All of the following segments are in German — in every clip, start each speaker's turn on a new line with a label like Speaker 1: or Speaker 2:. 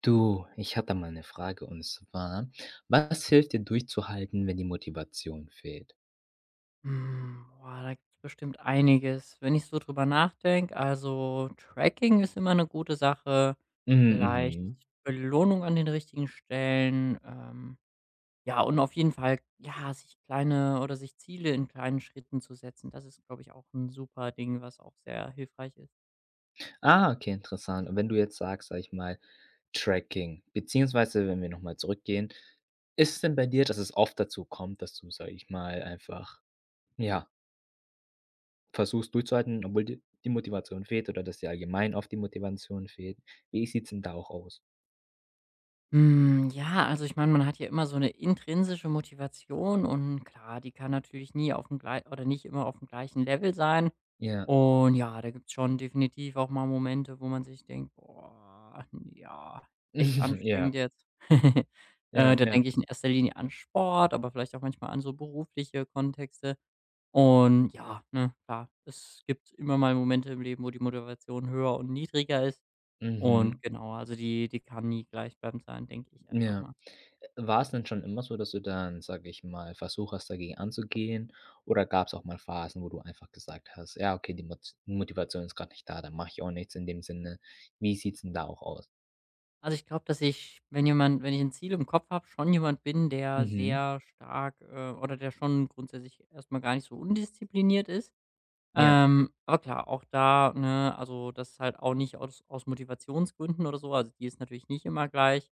Speaker 1: Du, ich hatte mal eine Frage und zwar: Was hilft dir durchzuhalten, wenn die Motivation fehlt?
Speaker 2: Hm, boah, da gibt es bestimmt einiges. Wenn ich so drüber nachdenke, also Tracking ist immer eine gute Sache,
Speaker 1: Mhm,
Speaker 2: vielleicht
Speaker 1: mhm.
Speaker 2: Belohnung an den richtigen Stellen, ja, und auf jeden Fall, ja, sich Ziele in kleinen Schritten zu setzen. Das ist, glaube ich, auch ein super Ding, was auch sehr hilfreich ist.
Speaker 1: Ah, okay, interessant. Und wenn du jetzt sagst, sage ich mal, Tracking, beziehungsweise wenn wir noch mal zurückgehen, ist es denn bei dir, dass es oft dazu kommt, dass du, sage ich mal, einfach, ja, versuchst durchzuhalten, obwohl dir die Motivation fehlt oder dass dir allgemein oft die Motivation fehlt? Wie sieht's denn da auch aus?
Speaker 2: Hm, ja, also ich meine, man hat ja immer so eine intrinsische Motivation und klar, die kann natürlich nie aufm glei oder nicht immer auf dem gleichen Level sein.
Speaker 1: Ja.
Speaker 2: Und ja, da gibt's schon definitiv auch mal Momente, wo man sich denkt: „Boah, ja, echt anstrengend
Speaker 1: Ja,
Speaker 2: jetzt.“
Speaker 1: ja,
Speaker 2: Da
Speaker 1: ja.
Speaker 2: denke ich in erster Linie an Sport, aber vielleicht auch manchmal an so berufliche Kontexte. Und ja, ne, klar, es gibt immer mal Momente im Leben, wo die Motivation höher und niedriger ist. Und
Speaker 1: Mhm.
Speaker 2: genau, also die kann nie gleichbleibend sein, denke ich einfach
Speaker 1: Ja.
Speaker 2: mal.
Speaker 1: War es denn schon immer so, dass du dann, sage ich mal, versucht hast, dagegen anzugehen? Oder gab es auch mal Phasen, wo du einfach gesagt hast: „Ja, okay, die Motivation ist gerade nicht da, dann mache ich auch nichts in dem Sinne.“ Wie sieht's denn da auch aus?
Speaker 2: Also, ich glaube, dass ich, wenn ich ein Ziel im Kopf habe, schon jemand bin, der
Speaker 1: Mhm.
Speaker 2: sehr stark, oder der schon grundsätzlich erstmal gar nicht so undiszipliniert ist.
Speaker 1: Ja,
Speaker 2: Aber klar, auch da, ne also, das ist halt auch nicht aus Motivationsgründen oder so, also die ist natürlich nicht immer gleich,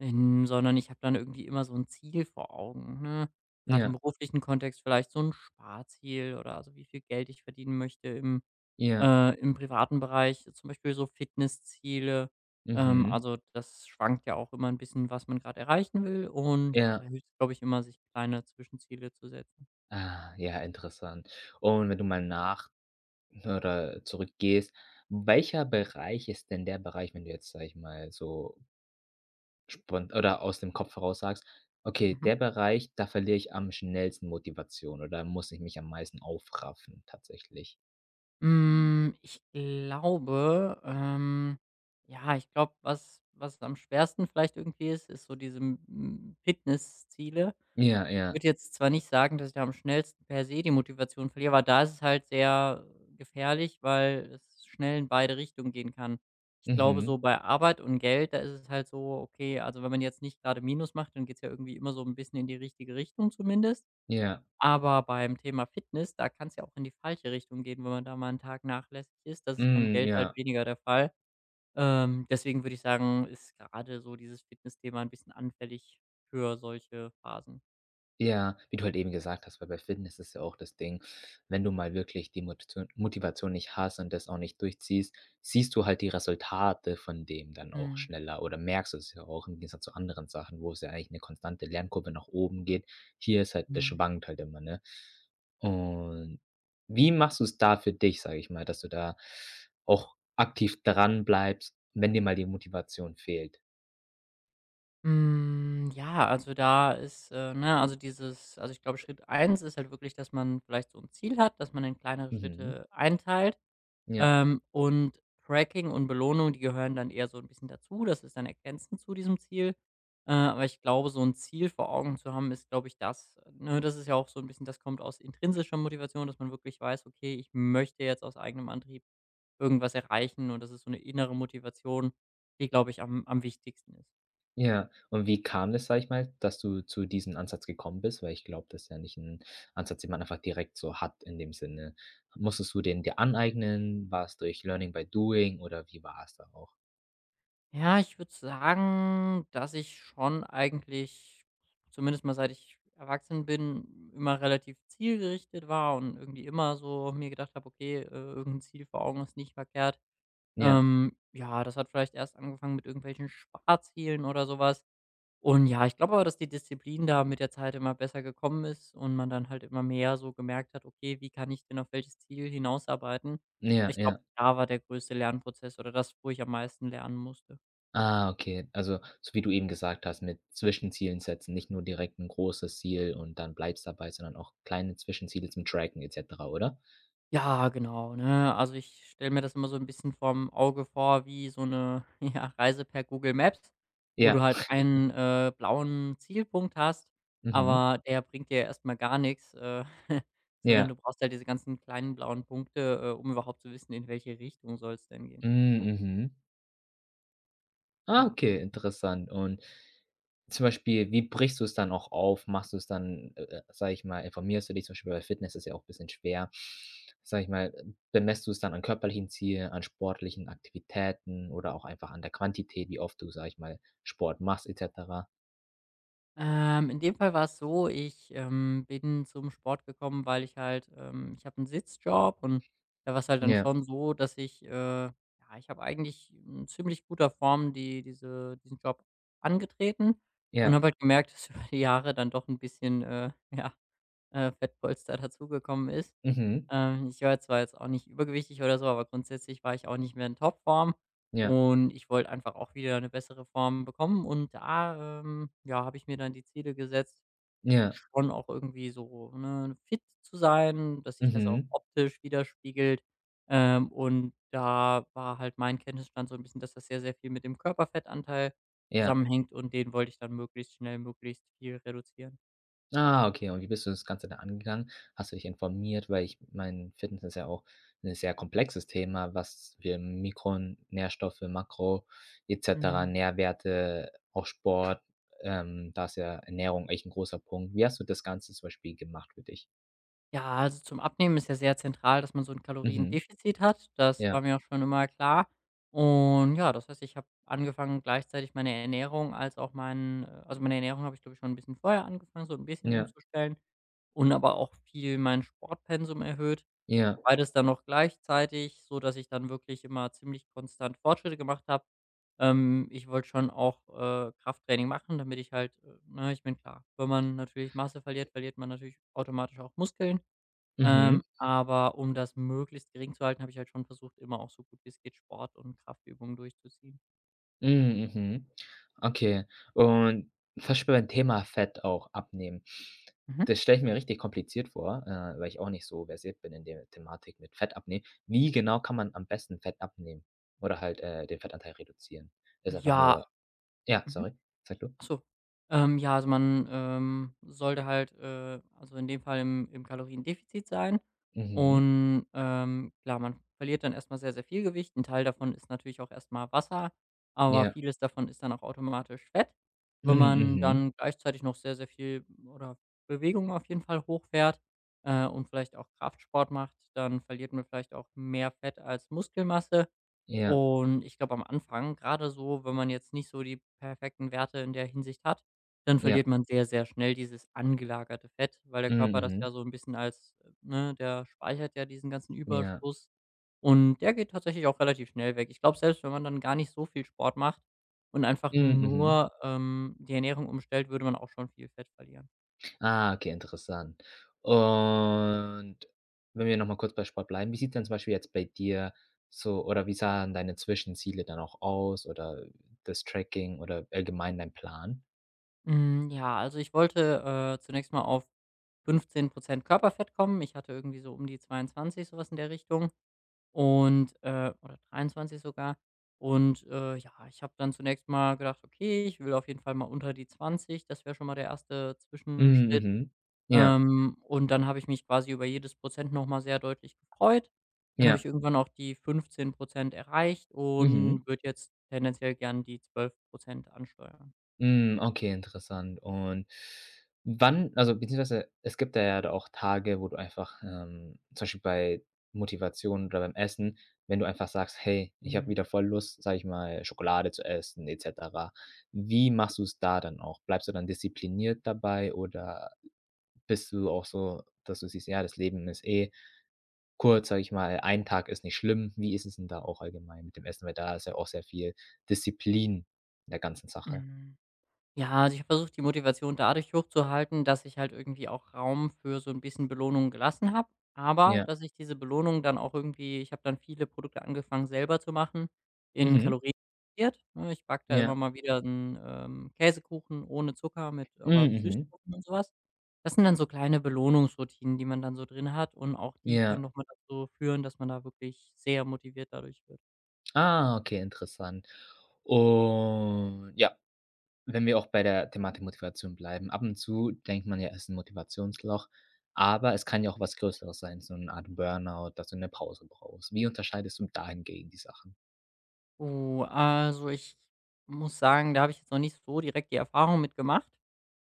Speaker 2: sondern ich habe dann irgendwie immer so ein Ziel vor Augen, ne? Grad im
Speaker 1: ja,
Speaker 2: beruflichen Kontext vielleicht so ein Sparziel oder also wie viel Geld ich verdienen möchte im
Speaker 1: ja.
Speaker 2: äh, im privaten Bereich, zum Beispiel so Fitnessziele.
Speaker 1: Mhm.
Speaker 2: Also das schwankt ja auch immer ein bisschen, was man gerade erreichen will und ja, da
Speaker 1: Ja.
Speaker 2: hilft's, glaube ich, immer, sich kleine Zwischenziele zu setzen.
Speaker 1: Ah, ja, interessant. Und wenn du mal nach oder zurückgehst, welcher Bereich ist denn der Bereich, wenn du jetzt, sag ich mal, so Spont oder aus dem Kopf heraus sagst: „Okay,
Speaker 2: Mhm.
Speaker 1: der Bereich, da verliere ich am schnellsten Motivation oder muss ich mich am meisten aufraffen tatsächlich.“
Speaker 2: Hm, ich glaube, ja, ich glaube, was am schwersten vielleicht irgendwie ist, ist so diese, Fitnessziele.
Speaker 1: Ja, ja.
Speaker 2: Würde jetzt zwar nicht sagen, dass ich da am schnellsten per se die Motivation verliere, aber da ist es halt sehr gefährlich, weil es schnell in beide Richtungen gehen kann. Ich glaube,
Speaker 1: Mhm.
Speaker 2: so bei Arbeit und Geld, da ist es halt so, okay, also wenn man jetzt nicht gerade Minus macht, dann geht es ja irgendwie immer so ein bisschen in die richtige Richtung zumindest.
Speaker 1: Ja.
Speaker 2: Aber beim Thema Fitness, da kann es ja auch in die falsche Richtung gehen, wenn man da mal einen Tag nachlässig ist. Das ist beim
Speaker 1: Mhm,
Speaker 2: Geld halt
Speaker 1: ja.
Speaker 2: weniger der Fall. Deswegen würde ich sagen, ist gerade so dieses Fitness-Thema ein bisschen anfällig für solche Phasen.
Speaker 1: Ja, wie du halt eben gesagt hast, weil bei Fitness ist ja auch das Ding, wenn du mal wirklich die Motivation nicht hast und das auch nicht durchziehst, siehst du halt die Resultate von dem dann auch schneller oder merkst es ja auch im Gegensatz zu anderen Sachen, wo es ja eigentlich eine konstante Lernkurve nach oben geht. Hier ist halt das
Speaker 2: Mhm.
Speaker 1: schwankt halt immer, ne? Und wie machst du es da für dich, sage ich mal, dass du da auch aktiv dran bleibst, wenn dir mal die Motivation fehlt?
Speaker 2: Hm, ja, also da ist, ne also dieses also ich glaube, Schritt eins ist halt wirklich, dass man vielleicht so ein Ziel hat, dass man in kleinere
Speaker 1: Mhm,
Speaker 2: Schritte einteilt,
Speaker 1: ja.
Speaker 2: und Tracking und Belohnung, die gehören dann eher so ein bisschen dazu. Das ist dann ergänzend zu diesem Ziel. Aber ich glaube, so ein Ziel vor Augen zu haben, ist, glaube ich, das ne, das ist ja auch so ein bisschen das kommt aus intrinsischer Motivation, dass man wirklich weiß: „Okay, ich möchte jetzt aus eigenem Antrieb irgendwas erreichen.“ Und das ist so eine innere Motivation, die, glaube ich, am wichtigsten ist.
Speaker 1: Ja, und wie kam das, sage ich mal, dass du zu diesem Ansatz gekommen bist? Weil ich glaube, das ist ja nicht ein Ansatz, den man einfach direkt so hat in dem Sinne. Musstest du den dir aneignen? War es durch Learning by Doing oder wie war es da auch?
Speaker 2: Ja, ich würde sagen, dass ich schon eigentlich, zumindest mal seit ich erwachsen bin, immer relativ zielgerichtet war und irgendwie immer so mir gedacht habe, okay, irgendein Ziel vor Augen ist nicht verkehrt.
Speaker 1: Ja,
Speaker 2: Ja, das hat vielleicht erst angefangen mit irgendwelchen Sparzielen oder sowas. Und ja, ich glaube aber, dass die Disziplin da mit der Zeit immer besser gekommen ist und man dann halt immer mehr so gemerkt hat, okay, wie kann ich denn auf welches Ziel hinausarbeiten?
Speaker 1: ja,
Speaker 2: Ich glaube,
Speaker 1: ja.
Speaker 2: da war der größte Lernprozess oder das, wo ich am meisten lernen musste.
Speaker 1: Ah, okay. Also, so wie du eben gesagt hast, mit Zwischenzielen setzen, nicht nur direkt ein großes Ziel und dann bleibst dabei, sondern auch kleine Zwischenziele zum Tracken et cetera, oder?
Speaker 2: Ja, genau, ne? Also, ich stelle mir das immer so ein bisschen vorm Auge vor wie so eine ja, Reise per Google Maps, wo du
Speaker 1: Ja.
Speaker 2: halt einen, blauen Zielpunkt hast,
Speaker 1: Mhm.
Speaker 2: aber der bringt dir erst mal gar nichts, sondern du
Speaker 1: Ja.
Speaker 2: brauchst halt diese ganzen kleinen blauen Punkte, um überhaupt zu wissen, in welche Richtung soll es denn gehen.
Speaker 1: Hm, mhm. Ah,
Speaker 2: Ja.
Speaker 1: okay, interessant. Und zum Beispiel, wie brichst du es dann auch auf? Machst du es dann, sage ich mal, informierst du dich zum Beispiel bei Fitness ist ja auch ein bisschen schwer, sage ich mal, Bemessst du es dann an körperlichen Zielen, an sportlichen Aktivitäten oder auch einfach an der Quantität, wie oft du, sage ich mal, Sport machst et cetera?
Speaker 2: In dem Fall war es so, ich bin zum Sport gekommen, weil ich halt ich habe einen Sitzjob und da war es halt dann
Speaker 1: Ja,
Speaker 2: schon so, dass ich ja, ich habe eigentlich in ziemlich guter Form diesen Job angetreten und
Speaker 1: ja,
Speaker 2: habe halt gemerkt, dass über die Jahre dann doch ein bisschen, ja, Fettpolster dazugekommen ist.
Speaker 1: mhm,
Speaker 2: Ich war zwar jetzt auch nicht übergewichtig oder so, aber grundsätzlich war ich auch nicht mehr in Topform
Speaker 1: ja,
Speaker 2: und ich wollte einfach auch wieder eine bessere Form bekommen und da, ja, habe ich mir dann die Ziele gesetzt,
Speaker 1: ja,
Speaker 2: schon auch irgendwie so, ne, fit zu sein, dass sich das auch
Speaker 1: mhm,
Speaker 2: optisch widerspiegelt. Und da war halt mein Kenntnisstand so ein bisschen, dass das sehr, sehr viel mit dem Körperfettanteil
Speaker 1: ja.
Speaker 2: zusammenhängt und den wollte ich dann möglichst schnell, möglichst viel reduzieren.
Speaker 1: Ah, okay. Und wie bist du das Ganze dann angegangen? Hast du dich informiert? Weil ich mein, Fitness ist ja auch ein sehr komplexes Thema, was wir Mikronährstoffe, Makro et cetera,
Speaker 2: Mhm.
Speaker 1: Nährwerte, auch Sport, da ist ja Ernährung echt ein großer Punkt. Wie hast du das Ganze zum Beispiel gemacht für dich?
Speaker 2: Ja, also zum Abnehmen ist ja sehr zentral, dass man so 'n
Speaker 1: Mhm.
Speaker 2: Kaloriendefizit hat. Das war
Speaker 1: Ja,
Speaker 2: mir auch schon immer klar. Und ja, das heißt, ich habe angefangen, gleichzeitig meine Ernährung als auch meinen also meine Ernährung habe ich, glaube ich, schon 'n bisschen vorher angefangen, so 'n bisschen
Speaker 1: ja,
Speaker 2: umzustellen und aber auch viel mein Sportpensum erhöht.
Speaker 1: ja.
Speaker 2: Beides dann noch gleichzeitig, sodass ich dann wirklich immer ziemlich konstant Fortschritte gemacht habe. Ich wollte schon auch, Krafttraining machen, damit ich halt ne, ich meine, klar, wenn man natürlich Masse verliert, verliert man natürlich automatisch auch Muskeln.
Speaker 1: Mhm.
Speaker 2: Aber um das möglichst gering zu halten, habe ich halt schon versucht, immer auch so gut wie es geht Sport und Kraftübungen durchzuziehen.
Speaker 1: Mhm, mhm. Okay. Und zum Beispiel beim Thema Fett auch abnehmen.
Speaker 2: Mhm.
Speaker 1: Das stelle ich mir richtig kompliziert vor, weil ich auch nicht so versiert bin in der Thematik mit Fett abnehmen. Wie genau kann man am besten Fett abnehmen oder halt, den Fettanteil reduzieren? Ist einfach
Speaker 2: Ja.
Speaker 1: nur ja,
Speaker 2: Mhm.
Speaker 1: sorry, sag du.
Speaker 2: Ach so. Ja, also man, sollte halt, also in dem Fall im Kaloriendefizit sein.
Speaker 1: Mhm.
Speaker 2: Und, klar, man verliert dann erstmal sehr, sehr viel Gewicht. Ein Teil davon ist natürlich auch erstmal Wasser, aber
Speaker 1: Ja.
Speaker 2: vieles davon ist dann auch automatisch Fett.
Speaker 1: Mhm,
Speaker 2: Wenn man
Speaker 1: mhm.
Speaker 2: dann gleichzeitig noch sehr, sehr viel oder Bewegung auf jeden Fall hochfährt, und vielleicht auch Kraftsport macht, dann verliert man vielleicht auch mehr Fett als Muskelmasse.
Speaker 1: Ja,
Speaker 2: Und ich glaube, am Anfang, gerade so, wenn man jetzt nicht so die perfekten Werte in der Hinsicht hat, dann verliert
Speaker 1: ja.
Speaker 2: man sehr, sehr schnell dieses angelagerte Fett, weil der
Speaker 1: Mhm,
Speaker 2: Körper das ja
Speaker 1: mhm.
Speaker 2: so ein bisschen als ne, der speichert ja diesen ganzen
Speaker 1: Ja.
Speaker 2: Überschuss und der geht tatsächlich auch relativ schnell weg. Ich glaube, selbst wenn man dann gar nicht so viel Sport macht und einfach
Speaker 1: Mhm, mhm.
Speaker 2: nur, die Ernährung umstellt, würde man auch schon viel Fett verlieren.
Speaker 1: Ah, okay, interessant. Und wenn wir noch mal kurz bei Sport bleiben, wie sieht denn zum Beispiel jetzt bei dir so oder wie sahen deine Zwischenziele dann auch aus oder das Tracking oder allgemein dein Plan?
Speaker 2: Hm, ja, also ich wollte, zunächst mal auf 15 Körperfett kommen. Ich hatte irgendwie so um die 22, sowas in der Richtung. Und oder 23 sogar. Und, ja, ich habe dann zunächst mal gedacht: „Okay, ich will auf jeden Fall mal unter die 20.“ Das wäre schon mal der erste
Speaker 1: Mhm,
Speaker 2: Zwischenschritt.
Speaker 1: mhm. Ja,
Speaker 2: Und dann habe ich mich quasi über jedes Prozent noch mal sehr deutlich gefreut. Dann habe ich
Speaker 1: ja.
Speaker 2: irgendwann auch die 15 erreicht und
Speaker 1: Mhm.
Speaker 2: würde jetzt tendenziell gern die 12 ansteuern.
Speaker 1: Hm, okay, interessant. Und wann also, beziehungsweise es gibt da ja da auch Tage, wo du einfach, zum Beispiel bei Motivation oder beim Essen, wenn du einfach sagst: „Hey, ich habe
Speaker 2: Mhm,
Speaker 1: wieder voll Lust, sage ich mal, Schokolade zu essen“ et cetera. Wie machst du es da dann auch? Bleibst du dann diszipliniert dabei oder bist du auch so, dass du siehst: „Ja, das Leben ist eh kurz, sage ich mal, ein Tag ist nicht schlimm.“ Wie ist es denn da auch allgemein mit dem Essen? Weil da ist ja auch sehr viel Disziplin in der ganzen Sache.
Speaker 2: mhm. Ja, also ich habe versucht, die Motivation dadurch hochzuhalten, dass ich halt irgendwie auch Raum für so ein bisschen Belohnung gelassen habe, aber
Speaker 1: Ja.
Speaker 2: dass ich diese Belohnung dann auch irgendwie ich habe dann viele Produkte angefangen, selber zu machen, in
Speaker 1: Mhm.
Speaker 2: Kalorien reduziert, ne? Ich backe da immer
Speaker 1: Ja.
Speaker 2: mal wieder einen Käsekuchen ohne Zucker mit
Speaker 1: Hm,
Speaker 2: aber
Speaker 1: mhm.
Speaker 2: Süßstoffen und sowas. Das sind dann so kleine Belohnungsroutinen, die man dann so drin hat und auch die können
Speaker 1: Ja.
Speaker 2: noch mal dazu führen, dass man da wirklich sehr motiviert dadurch wird.
Speaker 1: Ah, okay, interessant. Und ja, wenn wir auch bei der Thematik Motivation bleiben. Ab und zu denkt man ja, es ist ein Motivationsloch, aber es kann ja auch was Größeres sein, so eine Art Burnout, dass du eine Pause brauchst. Wie unterscheidest du da die Sachen?
Speaker 2: Oh, also ich muss sagen, da habe ich jetzt noch nicht so direkt die Erfahrung mit gemacht.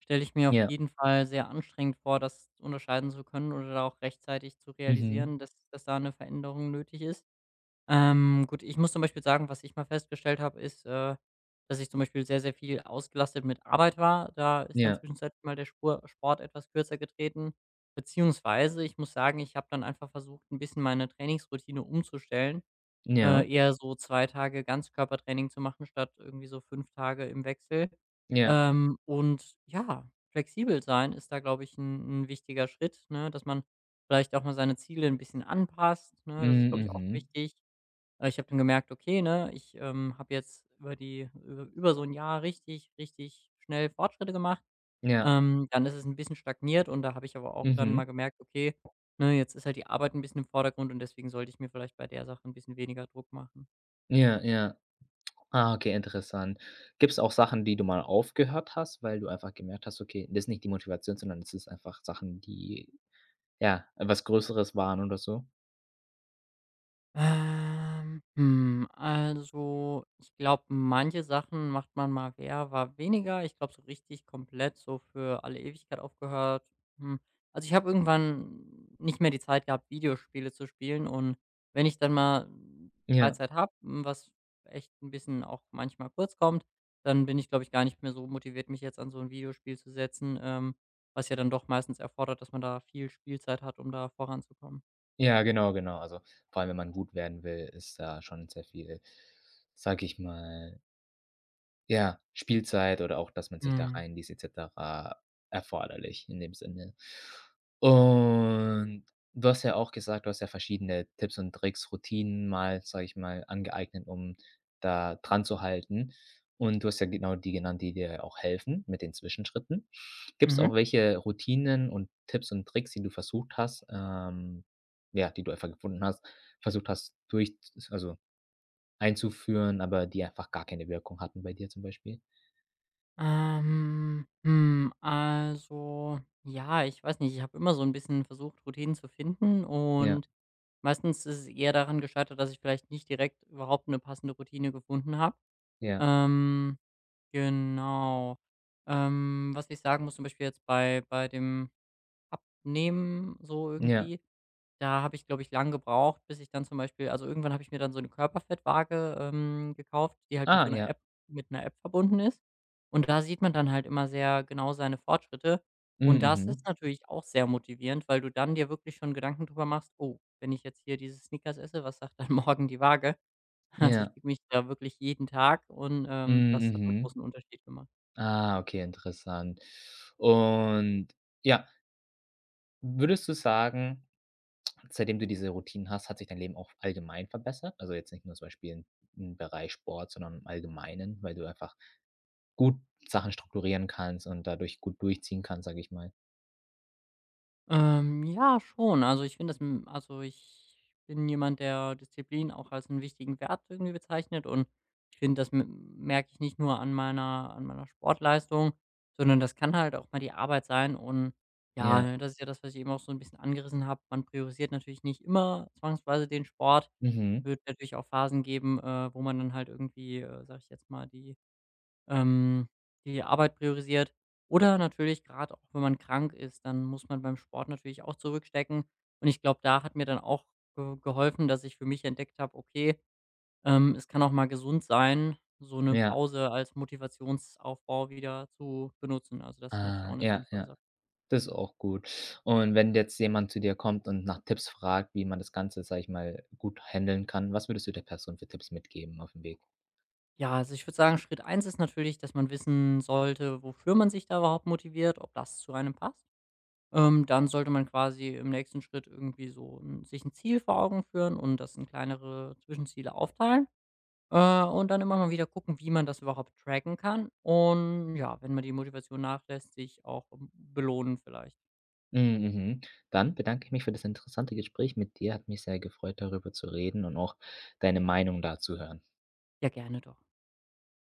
Speaker 2: Stelle ich mir auf
Speaker 1: Ja.
Speaker 2: jeden Fall sehr anstrengend vor, das unterscheiden zu können oder da auch rechtzeitig zu
Speaker 1: Mhm.
Speaker 2: realisieren, dass da eine Veränderung nötig ist. Gut, ich muss zum Beispiel sagen, was ich mal festgestellt habe, ist, dass ich zum Beispiel sehr, sehr viel ausgelastet mit Arbeit war. Da ist dann
Speaker 1: Ja.
Speaker 2: zwischenzeitlich mal der Spur Sport etwas kürzer getreten, beziehungsweise ich muss sagen, ich habe dann einfach versucht, ein bisschen meine Trainingsroutine umzustellen
Speaker 1: Ja.
Speaker 2: eher so 2 Tage Ganzkörpertraining zu machen statt irgendwie so 5 Tage im Wechsel.
Speaker 1: Ja.
Speaker 2: Und ja, flexibel sein ist da, glaube ich, ein 'n wichtiger Schritt, ne, dass man vielleicht auch mal seine Ziele ein bisschen anpasst,
Speaker 1: Hm,
Speaker 2: ne? Das ist, glaube ich, auch
Speaker 1: mhm.
Speaker 2: wichtig. Ich habe dann gemerkt, okay, ne, ich habe jetzt über die über über so ein Jahr richtig, richtig schnell Fortschritte gemacht.
Speaker 1: Ja.
Speaker 2: Dann ist es ein bisschen stagniert und da habe ich aber auch dann mal
Speaker 1: Mhm.
Speaker 2: gemerkt, okay, ne, jetzt ist halt die Arbeit ein bisschen im Vordergrund und deswegen sollte ich mir vielleicht bei der Sache ein bisschen weniger Druck machen.
Speaker 1: Ja, ja. Ah, okay, interessant. Gibt es auch Sachen, die du mal aufgehört hast, weil du einfach gemerkt hast: „Okay, das ist nicht die Motivation, sondern es ist einfach Sachen, die, ja, was Größeres waren oder so?“
Speaker 2: Also, ich glaube, manche Sachen macht man mal mehr, war weniger. Ich glaube, so richtig komplett so für alle Ewigkeit aufgehört. Hm. Also, ich habe irgendwann nicht mehr die Zeit gehabt, Videospiele zu spielen. Und wenn ich dann mal
Speaker 1: Ja,
Speaker 2: Freizeit habe, was echt ein bisschen auch manchmal kurz kommt, dann bin ich, glaube ich, gar nicht mehr so motiviert, mich jetzt an so ein Videospiel zu setzen, was ja dann doch meistens erfordert, dass man da viel Spielzeit hat, um da voranzukommen.
Speaker 1: ja, genau, genau. Also, vor allem, wenn man gut werden will, ist da schon sehr viel, sage ich mal, ja, Spielzeit oder auch, dass man sich da
Speaker 2: Mhm.
Speaker 1: reinliest et cetera erforderlich in dem Sinne. Und du hast ja auch gesagt, du hast ja verschiedene Tipps und Tricks, Routinen mal, sage ich mal, angeeignet, um da dran zu halten. Und du hast ja genau die genannt, die dir auch helfen mit den Zwischenschritten. Gibt's
Speaker 2: Mhm.
Speaker 1: auch welche Routinen und Tipps und Tricks, die du versucht hast, ja, die du einfach gefunden hast versucht hast, durch also einzuführen, aber die einfach gar keine Wirkung hatten bei dir zum Beispiel?
Speaker 2: Also, ja, ich weiß nicht, ich habe immer so ein bisschen versucht, Routinen zu finden
Speaker 1: Ja,
Speaker 2: und meistens ist es eher daran gescheitert, dass ich vielleicht nicht direkt überhaupt eine passende Routine gefunden habe.
Speaker 1: ja,
Speaker 2: Ähm, genau. Was ich sagen muss, zum Beispiel jetzt bei dem Abnehmen so
Speaker 1: ja.
Speaker 2: irgendwie da habe ich, glaube ich, lang gebraucht, bis ich dann zum Beispiel also, irgendwann habe ich mir dann so eine Körperfettwaage, gekauft, die halt mit so
Speaker 1: Ah,
Speaker 2: einer
Speaker 1: ja.
Speaker 2: App mit einer App verbunden ist. Und da sieht man dann halt immer sehr genau seine Fortschritte. Und
Speaker 1: Mhm,
Speaker 2: das ist
Speaker 1: mhm.
Speaker 2: natürlich auch sehr motivierend, weil du dann dir wirklich schon Gedanken drüber machst: „Oh, wenn ich jetzt hier diese Snickers esse, was sagt dann morgen die Waage?“ Also, ich
Speaker 1: Ja.
Speaker 2: wiege mich da wirklich jeden Tag und,
Speaker 1: Mhm,
Speaker 2: das hat einen
Speaker 1: mhm.
Speaker 2: großen Unterschied gemacht.
Speaker 1: Ah, okay, interessant. Und ja, würdest du sagen, seitdem du diese Routinen hast, hat sich dein Leben auch allgemein verbessert? Also jetzt nicht nur zum Beispiel im im Bereich Sport, sondern im Allgemeinen, weil du einfach gut Sachen strukturieren kannst und dadurch gut durchziehen kannst, sag ich mal.
Speaker 2: Ja, schon. Also, ich finde das m also, ich bin jemand, der Disziplin auch als einen wichtigen Wert irgendwie bezeichnet und ich finde, das m merke ich nicht nur an meiner Sportleistung, sondern das kann halt auch mal die Arbeit sein und ja,
Speaker 1: Ja.
Speaker 2: ne, das ist ja das, was ich eben auch so ein bisschen angerissen habe. Man priorisiert natürlich nicht immer zwangsweise den Sport.
Speaker 1: Mhm.
Speaker 2: Wird natürlich auch Phasen geben, wo man dann halt irgendwie, sage ich jetzt mal, ähm, die Arbeit priorisiert. Oder natürlich gerade auch, wenn man krank ist, dann muss man beim Sport natürlich auch zurückstecken. Und ich glaube, da hat mir dann auch ge geholfen, dass ich für mich entdeckt habe, okay, es kann auch mal gesund sein, so eine
Speaker 1: Ja.
Speaker 2: Pause als Motivationsaufbau wieder zu benutzen. Also, das ist natürlich auch
Speaker 1: Ah,
Speaker 2: eine
Speaker 1: ja,
Speaker 2: sinnvolle
Speaker 1: ja.
Speaker 2: Sache.
Speaker 1: Das ist auch gut. Und wenn jetzt jemand zu dir kommt und nach Tipps fragt, wie man das Ganze, sage ich mal, gut handeln kann, was würdest du der Person für Tipps mitgeben auf dem Weg?
Speaker 2: Ja, also, ich würde sagen, Schritt eins ist natürlich, dass man wissen sollte, wofür man sich da überhaupt motiviert, ob das zu einem passt. Dann sollte man quasi im nächsten Schritt irgendwie so 'n sich ein Ziel vor Augen führen und das in kleinere Zwischenziele aufteilen, und dann immer mal wieder gucken, wie man das überhaupt tracken kann. Und ja, wenn man die Motivation nachlässt, sich auch belohnen vielleicht.
Speaker 1: Mhm, mhm. Dann bedanke ich mich für das interessante Gespräch mit dir. Hat mich sehr gefreut, darüber zu reden und auch deine Meinung dazu hören.
Speaker 2: Ja, gerne doch.